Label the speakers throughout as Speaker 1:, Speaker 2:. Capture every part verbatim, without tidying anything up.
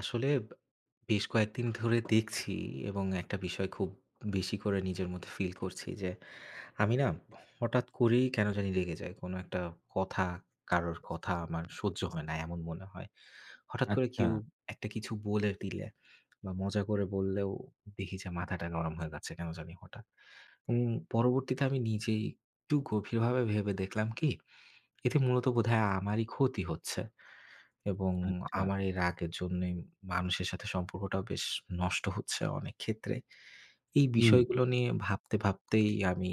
Speaker 1: আসলে বেশ কয়েকদিন ধরে দেখছি এবং একটা বিষয় খুব বেশি করে নিজের মধ্যে ফিল করছি যে আমি না হঠাৎ করেই কেন জানি রেগে যাই। কোনো একটা কথা, কারোর কথা আমার সহ্য হয় না এমন মনে হয়। হঠাৎ করে
Speaker 2: আচ্ছা,
Speaker 1: কেউ একটা কিছু বলে দিলে বা মজা করে বললেও দেখি যে মাথাটা গরম হয়ে যাচ্ছে কেন জানি হঠাৎ। উম পরবর্তীতে আমি নিজেই একটু গভীরভাবে ভেবে দেখলাম কি, এতে মূলত বোধহয় আমারই ক্ষতি হচ্ছে। এবং
Speaker 2: আচ্ছা,
Speaker 1: আমার এই রাগের জন্যই মানুষের সাথে সম্পর্কটাও বেশ নষ্ট হচ্ছে অনেক ক্ষেত্রে। এই
Speaker 2: হুম।
Speaker 1: বিষয়গুলো নিয়ে ভাবতে, ভাবতেই আমি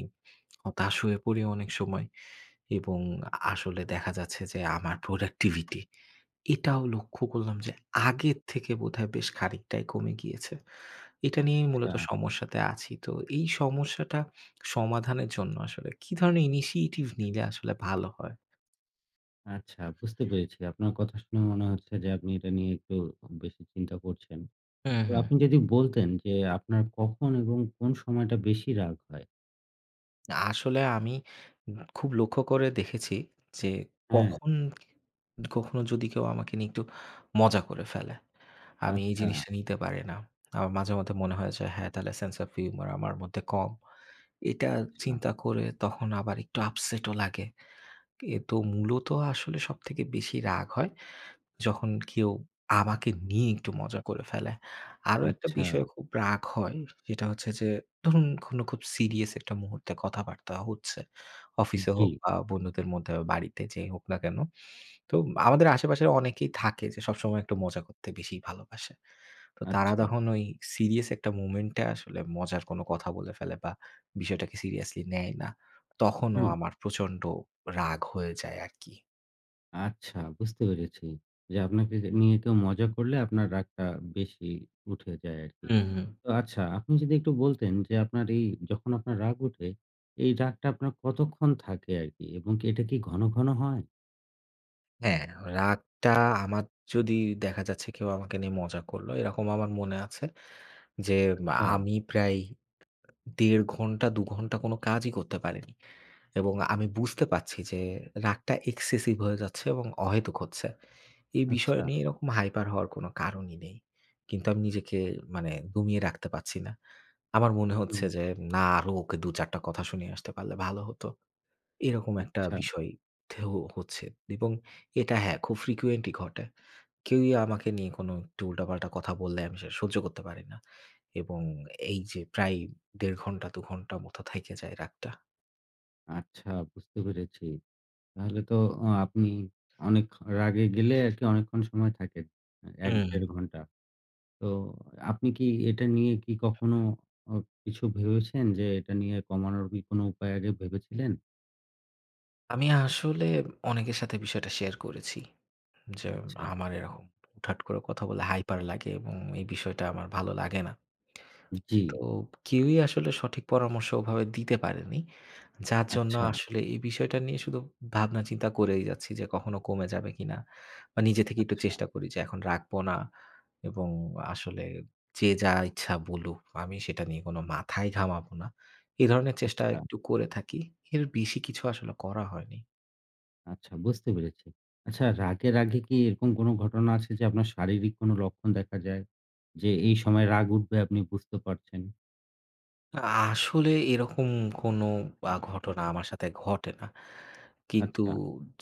Speaker 1: হতাশ হয়ে পড়ি অনেক সময় এবং আসলে দেখা যাচ্ছে যে আমার প্রোডাক্টিভিটি এটাও লক্ষ্য করলাম যে আগের থেকে বোধহয় বেশ খানিকটাই কমে গিয়েছে। এটা নিয়েই
Speaker 2: আচ্ছা,
Speaker 1: মূলত সমস্যাতে আছি। তো এই সমস্যাটা সমাধানের জন্য আসলে কি ধরনের ইনিশিয়েটিভ নিলে আসলে ভালো হয়?
Speaker 2: আচ্ছা বুঝতে পেরেছি। আপনার কথা শুনে মনে হচ্ছে যে আপনি এটা নিয়ে একটু বেশি চিন্তা করছেন।
Speaker 1: হুম,
Speaker 2: তো
Speaker 1: হুম।
Speaker 2: আপনি যদি বলতেন যে আপনার কখন এবং কোন সময়টা বেশি রাগ হয়?
Speaker 1: না, আসলে আমি খুব লক্ষ্য করে দেখেছি যে
Speaker 2: হ্যাঁ,
Speaker 1: কখন কখনো যদি কেউ আমাকে নিয়ে একটু মজা করে ফেলে, আমি এই
Speaker 2: আচ্ছা,
Speaker 1: জিনিসটা নিতে পারি না। আমার মাঝে মধ্যে মনে হয় যে হ্যাঁ, তাহলে সেন্স অফ হিউমার আমার মধ্যে কম। এটা
Speaker 2: আচ্ছা,
Speaker 1: চিন্তা করে তখন আবার একটু আপসেটও লাগে। কিন্তু মূলত আসলে সবথেকে বেশি রাগ হয় যখন কেউ আমাকে নিয়ে একটু মজা করে ফেলে। আরো একটা
Speaker 2: আচ্ছা,
Speaker 1: বিষয়ে খুব রাগ হয় সেটা হচ্ছে যে ধরুন কোনো খুব সিরিয়াস একটা মুহূর্তে কথাবার্তা হচ্ছে। অফিসে
Speaker 2: জি,
Speaker 1: হোক বা বন্ধুদের মধ্যে বা বাড়িতে যেই হোক না কেন। তো আমাদের আশেপাশের অনেকেই থাকে যে সবসময় একটু মজা করতে বেশিই ভালোবাসে। তো তারা
Speaker 2: আচ্ছা,
Speaker 1: তখন ওই সিরিয়াস একটা মোমেন্টে আসলে মজার কোনো কথা বলে ফেলে বা বিষয়টাকে সিরিয়াসলি নেয় না। তখনও
Speaker 2: হুম,
Speaker 1: আমার প্রচন্ড রাগ হয়ে যায় আরকি।
Speaker 2: আচ্ছা বুঝতে পেরেছি। যে আপনাকে নিয়ে কেউ মজা করলে আপনার রাগটা বেশি উঠে যায় আরকি।
Speaker 1: হুম।
Speaker 2: তো আচ্ছা, আপনি যদি একটু বলতেন যে আপনার এই যখন আপনার রাগ উঠে, এই রাগটা আপনার কতক্ষণ থাকে আরকি? এবং কি এটা কি ঘন, ঘন হয়?
Speaker 1: হ্যাঁ, রাগটা আমার যদি দেখা যাচ্ছে কেউ আমাকে নিয়ে মজা করলো, এরকম আমার মনে আছে যে আ
Speaker 2: আচ্ছা,
Speaker 1: আমি প্রায় দেড় ঘন্টা দুই ঘন্টা কোনো কাজই করতে পারিনি। এবং আমি বুঝতে পারছি যে রাগটা এক্সেসিভ হয়ে যাচ্ছে এবং অহেতুক হচ্ছে। এই বিষয়
Speaker 2: আচ্ছা,
Speaker 1: নিয়ে এরকম হাইপার হওয়ার কোনো কারণই নেই। কিন্তু আমি নিজেকে মানে দমিয়ে রাখতে পারছি না। আমার মনে
Speaker 2: হুম,
Speaker 1: হচ্ছে যে না আরো ওকে দুই চারটা টা কথা শুনিয়ে আসতে পারলে ভালো হতো। এরকম একটা
Speaker 2: আচ্ছা,
Speaker 1: বিষয় থেহ হচ্ছে এবং এটা হ্যাঁ, খুব ফ্রিকুয়েন্টলি ঘটে। কেউই আমাকে নিয়ে কোনো একটু উল্টাপাল্টা কথা বললে আমি সেটা সহ্য করতে পারি না এবং এই যে প্রায় দেড় ঘন্টা দুই ঘন্টা মতো থাইকা যায় রাগটা।
Speaker 2: আচ্ছা বুঝতে পেরেছি। তাহলে তো আ আপনি অনেক রাগে গেলে আরকি অনেকক্ষণ সময় থাকেন। আ
Speaker 1: হুম, হুম।
Speaker 2: এক থেকে দেড় ঘন্টা। তো আপনি কি এটা নিয়ে কি কখনো অ কিছু ভেবেছেন যে এটা নিয়ে কমানোর কি কোনো উপায় আগে ভেবেছিলেন?
Speaker 1: আমি আসলে অনেকের সাথে বিষয়টা শেয়ার করেছি যে
Speaker 2: আচ্ছা,
Speaker 1: আমার এরকম হুটহাট করে কথা বলে হাইপার লাগে এবং এই বিষয়টা আমার ভালো লাগে না।
Speaker 2: জি,
Speaker 1: তো কেউই আসলে সঠিক পরামর্শ ওভাবে দিতে পারেনি। যার জন্য
Speaker 2: আচ্ছা,
Speaker 1: আসলে এই বিষয়টা নিয়ে শুধু ভাবনা চিন্তা করেই যাচ্ছি যে কখনো কমে যাবে কিনা? বা নিজে থেকে একটু
Speaker 2: আচ্ছা,
Speaker 1: চেষ্টা করি যে এখন রাখবো না এবং আসলে যে যা ইচ্ছা বলুক আমি সেটা নিয়ে কোনো মাথাই ঘামাবো না। এ ধরনের চেষ্টা
Speaker 2: আচ্ছা।
Speaker 1: একটু করে থাকি। এর বেশি কিছু আসলে করা হয়নি।
Speaker 2: আচ্ছা বুঝতে পেরেছি। আচ্ছা রাগের আগে কি এরকম কোনো ঘটনা আছে যে আপনার শারীরিক কোনো লক্ষণ দেখা যায়? যে এই সময় রাগ উঠবে আপনি বুঝতে পারছেন।
Speaker 1: আসলে এরকম কোনো আ ঘটনা আমার সাথে ঘটে না। কিন্তু
Speaker 2: আচ্ছা,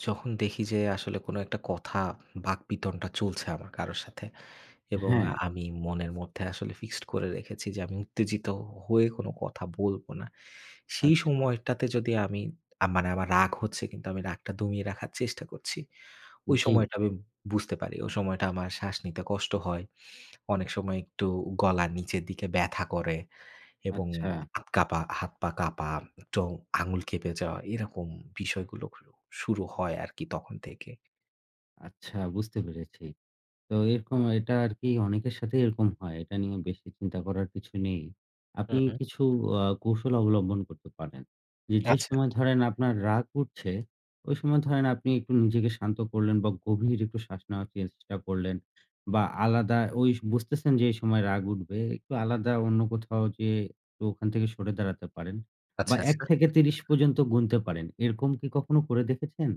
Speaker 1: যখন দেখি যে আসলে কোনো একটা কথা বাকবিতণ্ডা চলছে আমার কারো সাথে এবং
Speaker 2: হ্যাঁ,
Speaker 1: আমি মনের মধ্যে আসলে ফিক্সড করে রেখেছি যে আমি উত্তেজিত হয়ে কোনো কথা বলবো না। সেই
Speaker 2: আচ্ছা,
Speaker 1: সময়টাতে যদি আমি আ মানে আমার রাগ হচ্ছে কিন্তু আমি রাগটা দমিয়ে রাখার চেষ্টা করছি। ওই
Speaker 2: জি,
Speaker 1: সময়টা আমি বুঝতে পারি। ওই সময়টা আমার শ্বাস নিতে কষ্ট হয়। অনেক সময় একটু গলা নিচের দিকে ব্যথা করে। এবং
Speaker 2: আচ্ছা,
Speaker 1: হাত কাঁপা হাত পা কাঁপা, চ আঙুল কেঁপে যাওয়া এরকম বিষয়গুলো শুরু হয় আরকি তখন থেকে।
Speaker 2: আচ্ছা বুঝতে পেরেছি। তো এরকম এটা আরকি অনেকের সাথেই এরকম হয়। এটা নিয়ে বেশি চিন্তা করার কিছু নেই। আপনি
Speaker 1: হুম, হুম।
Speaker 2: কিছু আ কৌশল অবলম্বন করতে পারেন। যে, যে
Speaker 1: আচ্ছা।
Speaker 2: সময় ধরেন আপনার রাগ উঠছে, ওই সময় ধরেন আপনি একটু নিজেকে শান্ত করলেন বা গভীর একটু শ্বাস নেওয়ার চেষ্টা করলেন বা আলাদা ওই বুঝতেছেন যে, এই সময় রাগ উঠবে। একটু আলাদা অন্য কোথাও যেয়ে তো ওখান থেকে সরে দাঁড়াতে পারেন বা
Speaker 1: আচ্ছা,
Speaker 2: এক
Speaker 1: আচ্ছা।
Speaker 2: থেকে ত্রিশ পর্যন্ত গুনতে পারেন। এরকম কি কখনো করে দেখেছেন?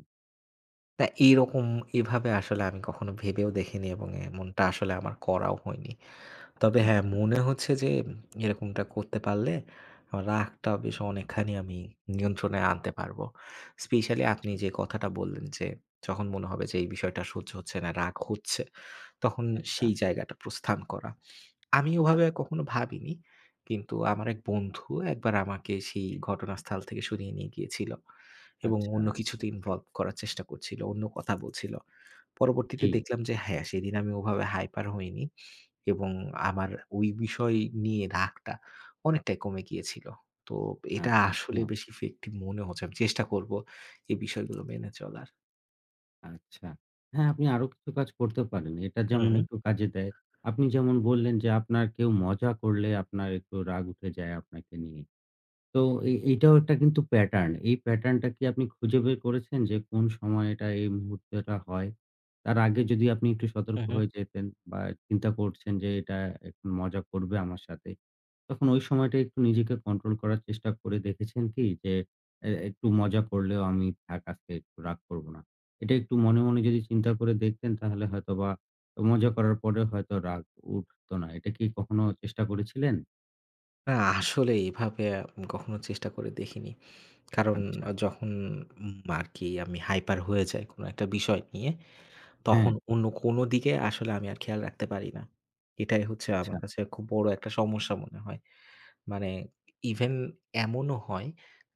Speaker 1: না এইরকম এভাবে আসলে আমি কখনো ভেবেও দেখিনি এবং এমনটা আসলে আমার করাও হয়নি। তবে হ্যাঁ, মনে হচ্ছে যে এরকমটা করতে পারলে আমার রাগটা বেশ অনেকখানি আমি নিয়ন্ত্রণে আনতে পারবো। স্পেশালি
Speaker 2: আচ্ছা,
Speaker 1: আপনি যে কথাটা বললেন যে, যখন মনে হবে যে এই বিষয়টা সহ্য হচ্ছে না, রাগ হচ্ছে, তখন
Speaker 2: আচ্ছা,
Speaker 1: সেই জায়গাটা প্রস্থান করা। আমি ওভাবে কখনো ভাবিনি। কিন্তু আমার এক বন্ধু একবার আমাকে সেই ঘটনাস্থল থেকে সরিয়ে নিয়ে গিয়েছিল। এবং
Speaker 2: আচ্ছা,
Speaker 1: অন্য কিছুতে ইনভলভ করার চেষ্টা করছিল। অন্য কথা বলছিল।
Speaker 2: জি,
Speaker 1: পরবর্তীতে দেখলাম যে হ্যাঁ, সেদিন আমি ওভাবে হাইপার হইনি এবং আমার ওই বিষয় নিয়ে রাগটা অনেকটাই কমে গিয়েছিল। তো এটা
Speaker 2: আচ্ছা।
Speaker 1: আসলে
Speaker 2: আচ্ছা।
Speaker 1: বেশ ইফেক্টিভ মনে হচ্ছে। আমি চেষ্টা করব এই বিষয়গুলো মেনে চলার।
Speaker 2: আচ্ছা। হ্যাঁ, আপনি আরো কিছু কাজ করতে পারেন। এটা
Speaker 1: হু,
Speaker 2: যেমন
Speaker 1: হু,
Speaker 2: একটু কাজে দেয়। আপনি যেমন বললেন যে আপনার কেউ মজা করলে আপনার একটু রাগ উঠে যায় আপনাকে নিয়ে। তো এই এইটাও একটা কিন্তু প্যাটার্ন। এই প্যাটার্নটা কি আপনি খুঁজে বের করেছেন যে কোন সময় এটা এই মুহূর্তটা হয়? তার আগে যদি আপনি একটু
Speaker 1: হু,
Speaker 2: সতর্ক
Speaker 1: হু।
Speaker 2: হয়ে যেতেন বা চিন্তা করছেন যে এটা এখন মজা করবে আমার সাথে। তখন ওই সময়টা একটু নিজেকে কন্ট্রোল করার চেষ্টা করে দেখেছেন কি যে এ একটু মজা করলেও আমি থাক আজকে একটু রাগ করব না। এটা একটু মনে, মনে যদি চিন্তা করে দেখতেন তাহলে হয়তোবা মজা করার পরেও হয়তো রাগ উঠতো না। এটা কি কখনো চেষ্টা করেছিলেন?
Speaker 1: না আসলে এভাবে উম কখনো চেষ্টা করে দেখিনি। কারণ
Speaker 2: আচ্ছা।
Speaker 1: আ যখন উম আরকি আমি হাইপার হয়ে যাই কোনো একটা বিষয় নিয়ে
Speaker 2: হ্যাঁ,
Speaker 1: তখন অন্য কোনো দিকে আসলে আমি আর খেয়াল রাখতে পারি না। এটাই হচ্ছে
Speaker 2: আচ্ছা।
Speaker 1: আমার কাছে খুব বড় একটা সমস্যা মনে হয়। মানে ইভেন এমনও হয়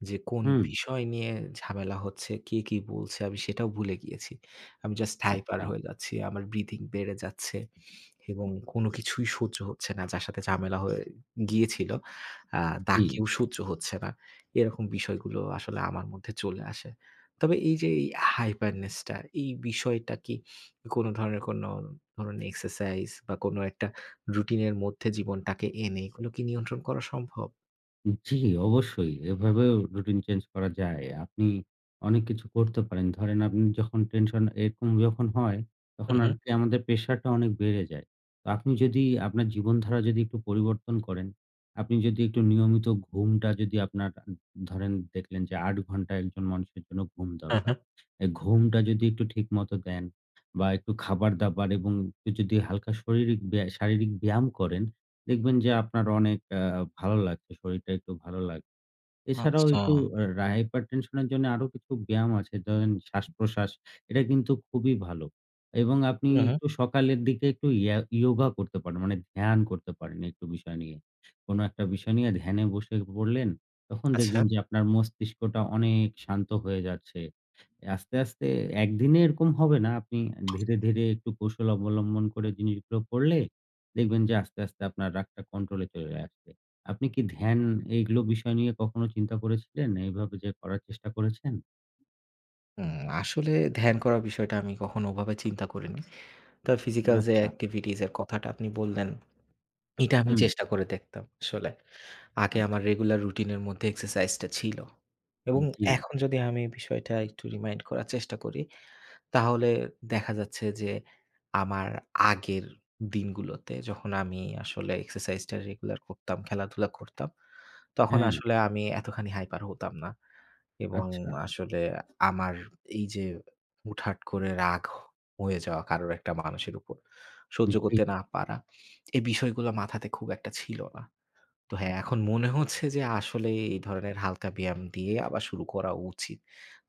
Speaker 1: যে কোন
Speaker 2: হুম।
Speaker 1: বিষয় নিয়ে ঝামেলা হচ্ছে, কে কি বলছে আমি সেটাও ভুলে গিয়েছি। আমি জাস্ট হাইপার
Speaker 2: আচ্ছা,
Speaker 1: হয়ে যাচ্ছি। আমার ব্রিথিং বেড়ে যাচ্ছে এবং কোনো কিছুই সহ্য হচ্ছে না। যার সাথে ঝামেলা হয়ে গিয়েছিল আ
Speaker 2: জি,
Speaker 1: তাকেও সহ্য হচ্ছে না। এরকম বিষয়গুলো আসলে আমার মধ্যে চলে আসে। তবে এই যে এই হাইপারনেস টা এই বিষয়টা কি কোনো ধরনের কোনো ধরুন এক্সারসাইজ বা কোনো একটা রুটিনের মধ্যে জীবনটাকে এনে এগুলো কি নিয়ন্ত্রণ করা সম্ভব?
Speaker 2: জি, অবশ্যই। এভাবেও রুটিন চেঞ্জ করা যায়। আপনি অনেক কিছু করতে পারেন। ধরেন আপনি যখন টেনশন এরকম যখন হয়,
Speaker 1: হু,
Speaker 2: তখন
Speaker 1: হু।
Speaker 2: আরকি আমাদের প্রেশারটা অনেক বেড়ে যায়। তো আপনি যদি আপনার জীবনধারা যদি একটু পরিবর্তন করেন, আপনি যদি একটু নিয়মিত ঘুমটা যদি আপনার ধরেন দেখলেন যে আট ঘন্টা একজন মানুষের জন্য ঘুম
Speaker 1: হ্যাঁ,
Speaker 2: দরকার।
Speaker 1: হ্যাঁ।
Speaker 2: এই ঘুমটা যদি একটু ঠিকমতো দেন বা একটু খাবার-দাবার এবং একটু যদি হালকা শরীরিক ব্যায়া শারীরিক ব্যায়াম করেন দেখবেন যে আপনার অনেক আ ভালো লাগছে। শরীরটা একটু ভালো লাগছে। এছাড়াও
Speaker 1: আচ্ছা।
Speaker 2: একটু আ রা hypertension এর জন্য আরো কিছু ব্যায়াম আছে। ধরেন শ্বাস-প্রশ্বাস এটা কিন্তু খুবই ভালো। এবং আপনি
Speaker 1: হু, হু।
Speaker 2: একটু সকালের দিকে একটু ইয়া ইয়োগা করতে পারেন। মানে ধ্যান করতে পারেন একটু বিষয় নিয়ে। কোন একটা বিষয় নিয়ে ধ্যানে বসে পড়লেন। তখন
Speaker 1: আচ্ছা।
Speaker 2: দেখবেন যে আপনার মস্তিষ্কটা অনেক শান্ত হয়ে যাচ্ছে। আস্তে, আস্তে একদিনে এরকম হবে না। আপনি ধীরে, ধীরে একটু কৌশল অবলম্বন করে জিনিসগুলো করলে দেখবেন যে আস্তে, আস্তে আপনার রাগটা কন্ট্রোলে চলে আসছে। আপনি কি ধ্যান এইগুলো বিষয় নিয়ে কখনো চিন্তা করেছিলেন? এইভাবে যে করার চেষ্টা করেছেন?
Speaker 1: উম আসলে ধ্যান করার বিষয়টা আমি কখনো ওভাবে চিন্তা করিনি। তবে ফিজিক্যাল যে
Speaker 2: আচ্ছা,
Speaker 1: activities এর কথাটা আপনি বললেন এটা আমি
Speaker 2: হুম,
Speaker 1: চেষ্টা করে দেখতাম আসলে। আগে
Speaker 2: আচ্ছা,
Speaker 1: আমার রেগুলার রুটিনের মধ্যে এক্সারসাইজটা ছিল। এবং
Speaker 2: জি,
Speaker 1: এখন যদি আমি বিষয়টা একটু রিমাইন্ড করার চেষ্টা করি, তাহলে দেখা যাচ্ছে যে আমার আগের দিনগুলোতে যখন আমি আসলে এক্সারসাইজটা রেগুলার করতাম, খেলাধুলা করতাম, তখন
Speaker 2: হ্যাঁ,
Speaker 1: আসলে আমি এতখানি হাইপার হতাম না। এবং
Speaker 2: আচ্ছা,
Speaker 1: আসলে আমার এই যে হুটহাট করে রাগ হয়ে যাওয়া কারোর একটা মানুষের উপর সহ্য
Speaker 2: জি,
Speaker 1: করতে না পারা এই বিষয়গুলো মাথাতে খুব একটা ছিল না। তো হ্যাঁ, এখন মনে হচ্ছে যে আসলে এই ধরনের হালকা ব্যায়াম দিয়ে আবার শুরু করা উচিত।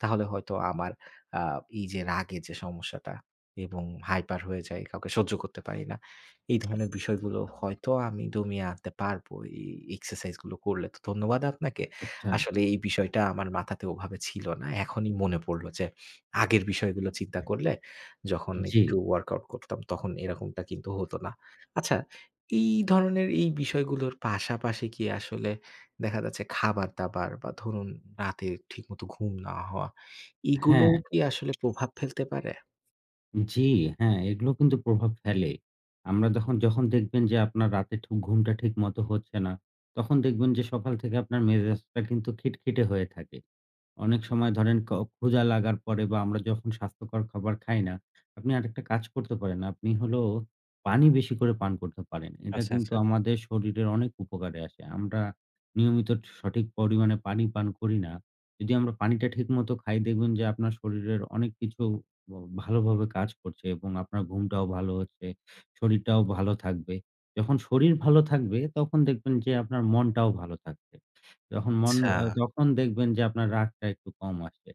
Speaker 1: তাহলে হয়তো আমার আ এই যে রাগের যে সমস্যাটা এবং হাইপার হয়ে যাই, কাউকে সহ্য করতে পারি না। এই ধরনের বিষয়গুলো হয়তো আমি দমিয়ে আনতে পারবো এই এক্সারসাইজ গুলো করলে। তো ধন্যবাদ আপনাকে।
Speaker 2: আচ্ছা,
Speaker 1: আসলে এই বিষয়টা আমার মাথাতে ওভাবে ছিল না। এখনই মনে পড়ল যে আগের বিষয়গুলো চিন্তা করলে যখন
Speaker 2: জি,
Speaker 1: একটু ওয়ার্কআউট করতাম তখন এরকমটা কিন্তু হতো না। আচ্ছা এই ধরনের এই বিষয়গুলোর পাশাপাশি কি আসলে দেখা যাচ্ছে খাবার-দাবার বা ধরুন রাতে ঠিকমতো ঘুম না হওয়া,
Speaker 2: হ্যাঁ।
Speaker 1: এগুলোও কি আসলে প্রভাব ফেলতে পারে?
Speaker 2: জি, হ্যাঁ, এগুলো কিন্তু প্রভাব ফেলে। আমরা তখন যখন দেখবেন যে আপনার রাতে ঠু ঘুমটা ঠিক মতো হচ্ছে না, তখন দেখবেন যে সকাল থেকে আপনার মেজাজটা কিন্তু খিটখিটে হয়ে থাকে। অনেক সময় ধরেন ক ক্ষুধা লাগার পরে বা আমরা যখন স্বাস্থ্যকর খাবার খাই না, আপনি আরেকটা কাজ করতে পারেন। আপনি হলো পানি বেশি করে পান করতে পারেন। এটা
Speaker 1: আচ্ছা,
Speaker 2: কিন্তু
Speaker 1: আচ্ছা।
Speaker 2: আমাদের শরীরের অনেক উপকারে আসে। আমরা নিয়মিত সঠিক পরিমাণে পানি পান করি না। যদি আমরা পানিটা ঠিকমতো খাই দেখবেন যে আপনার শরীরের অনেক কিছু ব ভালোভাবে কাজ করছে এবং আপনার ঘুমটাও ভালো হচ্ছে, শরীরটাও ভালো থাকবে। যখন শরীর ভালো থাকবে তখন দেখবেন যে আপনার মনটাও ভালো থাকছে। যখন মন
Speaker 1: আচ্ছা।
Speaker 2: আ যখন দেখবেন যে আপনার রাগটা একটু কম আসছে।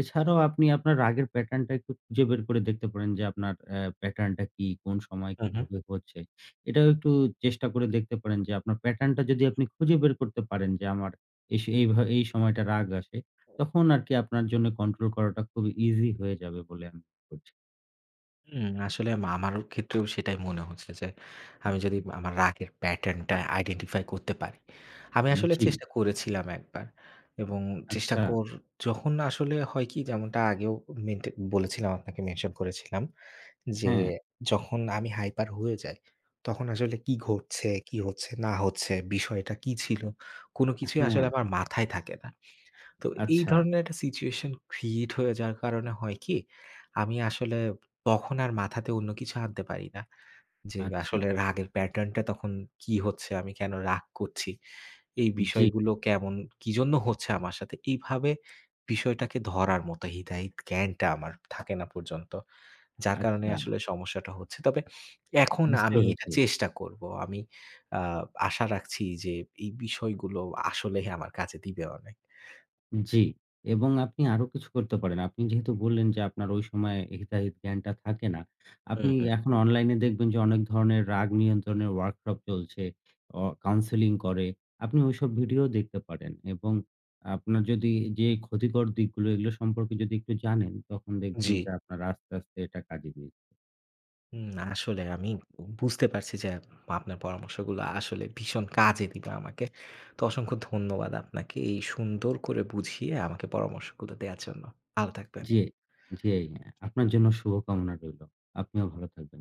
Speaker 2: এছাড়াও আপনি আপনার রাগের প্যাটার্নটা একটু খুঁজে বের করে দেখতে পারেন যে আপনার অ্যা প্যাটার্নটা কি? কোন সময়
Speaker 1: হুম, হুম।
Speaker 2: কিভাবে হচ্ছে? এটাও একটু চেষ্টা করে দেখতে পারেন যে আপনার প্যাটার্নটা যদি আপনি খুঁজে বের করতে পারেন যে আমার এস এইভা এই ভা- এই সময়টা রাগ আসে, তখন আরকি আপনার জন্য কন্ট্রোল করাটা খুব ইজি হয়ে যাবে বলে আমি মনে করছি।
Speaker 1: হুম, আসলে আমা আমার ক্ষেত্রেও সেটাই মনে হচ্ছে যে আমি যদি আমার রাগের প্যাটার্নটা আইডেন্টিফাই করতে পারি। আমি আসলে
Speaker 2: জি,
Speaker 1: চেষ্টা করেছিলাম একবার এবং চেষ্টা
Speaker 2: আচ্ছা।
Speaker 1: কর যখন আসলে হয় কি যেমনটা আগেও মেনটে বলেছিলাম আপনাকে মেনশন করেছিলাম যে
Speaker 2: হ্যাঁ,
Speaker 1: যখন আমি হাইপার হয়ে যাই, তখন আসলে কি ঘটছে, কি হচ্ছে না হচ্ছে, বিষয়টা কি ছিল, কোনো কিছুই
Speaker 2: হ্যাঁ,
Speaker 1: আসলে আমার মাথায় থাকে না। তো এই
Speaker 2: আচ্ছা,
Speaker 1: ধরনের একটা সিচুয়েশন ক্রিয়েট হয়ে যাওয়ার কারণে হয় কি, আমি আসলে তখন আর মাথাতে অন্য কিছু আনতে পারি না। যে
Speaker 2: আচ্ছা।
Speaker 1: আসলে রাগের প্যাটার্নটা তখন কি হচ্ছে, আমি কেন রাগ করছি, এই
Speaker 2: জি,
Speaker 1: বিষয়গুলো কেমন, কিজন্য হচ্ছে আমার সাথে। এইভাবে বিষয়টাকে ধরার মতো হিতাহিত জ্ঞানটা আমার থাকে না পর্যন্ত। যার কারণে
Speaker 2: আচ্ছা।
Speaker 1: আসলে সমস্যাটা হচ্ছে। তবে এখন
Speaker 2: বুঝতে
Speaker 1: আমি এটা
Speaker 2: পেরেছি।
Speaker 1: চেষ্টা করব। আমি আ আশা রাখছি যে এই বিষয়গুলো আসলেই আমার কাজে দিবে অনেক।
Speaker 2: জি। এবং আপনি আরো কিছু করতে পারেন। আপনি যেহেতু বললেন যে আপনার ওই সময় হিতাহিত জ্ঞানটা থাকে না।
Speaker 1: হুম,
Speaker 2: আপনি
Speaker 1: হুম।
Speaker 2: এখন অনলাইনে দেখবেন যে অনেক ধরনের রাগ নিয়ন্ত্রণের ওয়ার্কশপ চলছে, অ কাউন্সেলিং করে। আপনি ওইসব ভিডিও দেখতে পারেন এবং আপনার যদি যে ক্ষতিকর দিকগুলো এগুলো সম্পর্কে যদি একটু জানেন, তখন দেখবেন
Speaker 1: জি।
Speaker 2: যে আপনার আস্তে, আস্তে এটা কাজে দিচ্ছে।
Speaker 1: হুম, আসলে আমি বুঝতে পারছি যে আপনার পরামর্শগুলো আসলে ভীষণ কাজে দিবে আমাকে। তো অসংখ্য ধন্যবাদ আপনাকে এই সুন্দর করে বুঝিয়ে আমাকে পরামর্শগুলো দেয়ার জন্য। ভালো থাকবেন।
Speaker 2: জি, জি। আপনার জন্য শুভকামনা রইলো। আপনিও ভালো থাকবেন।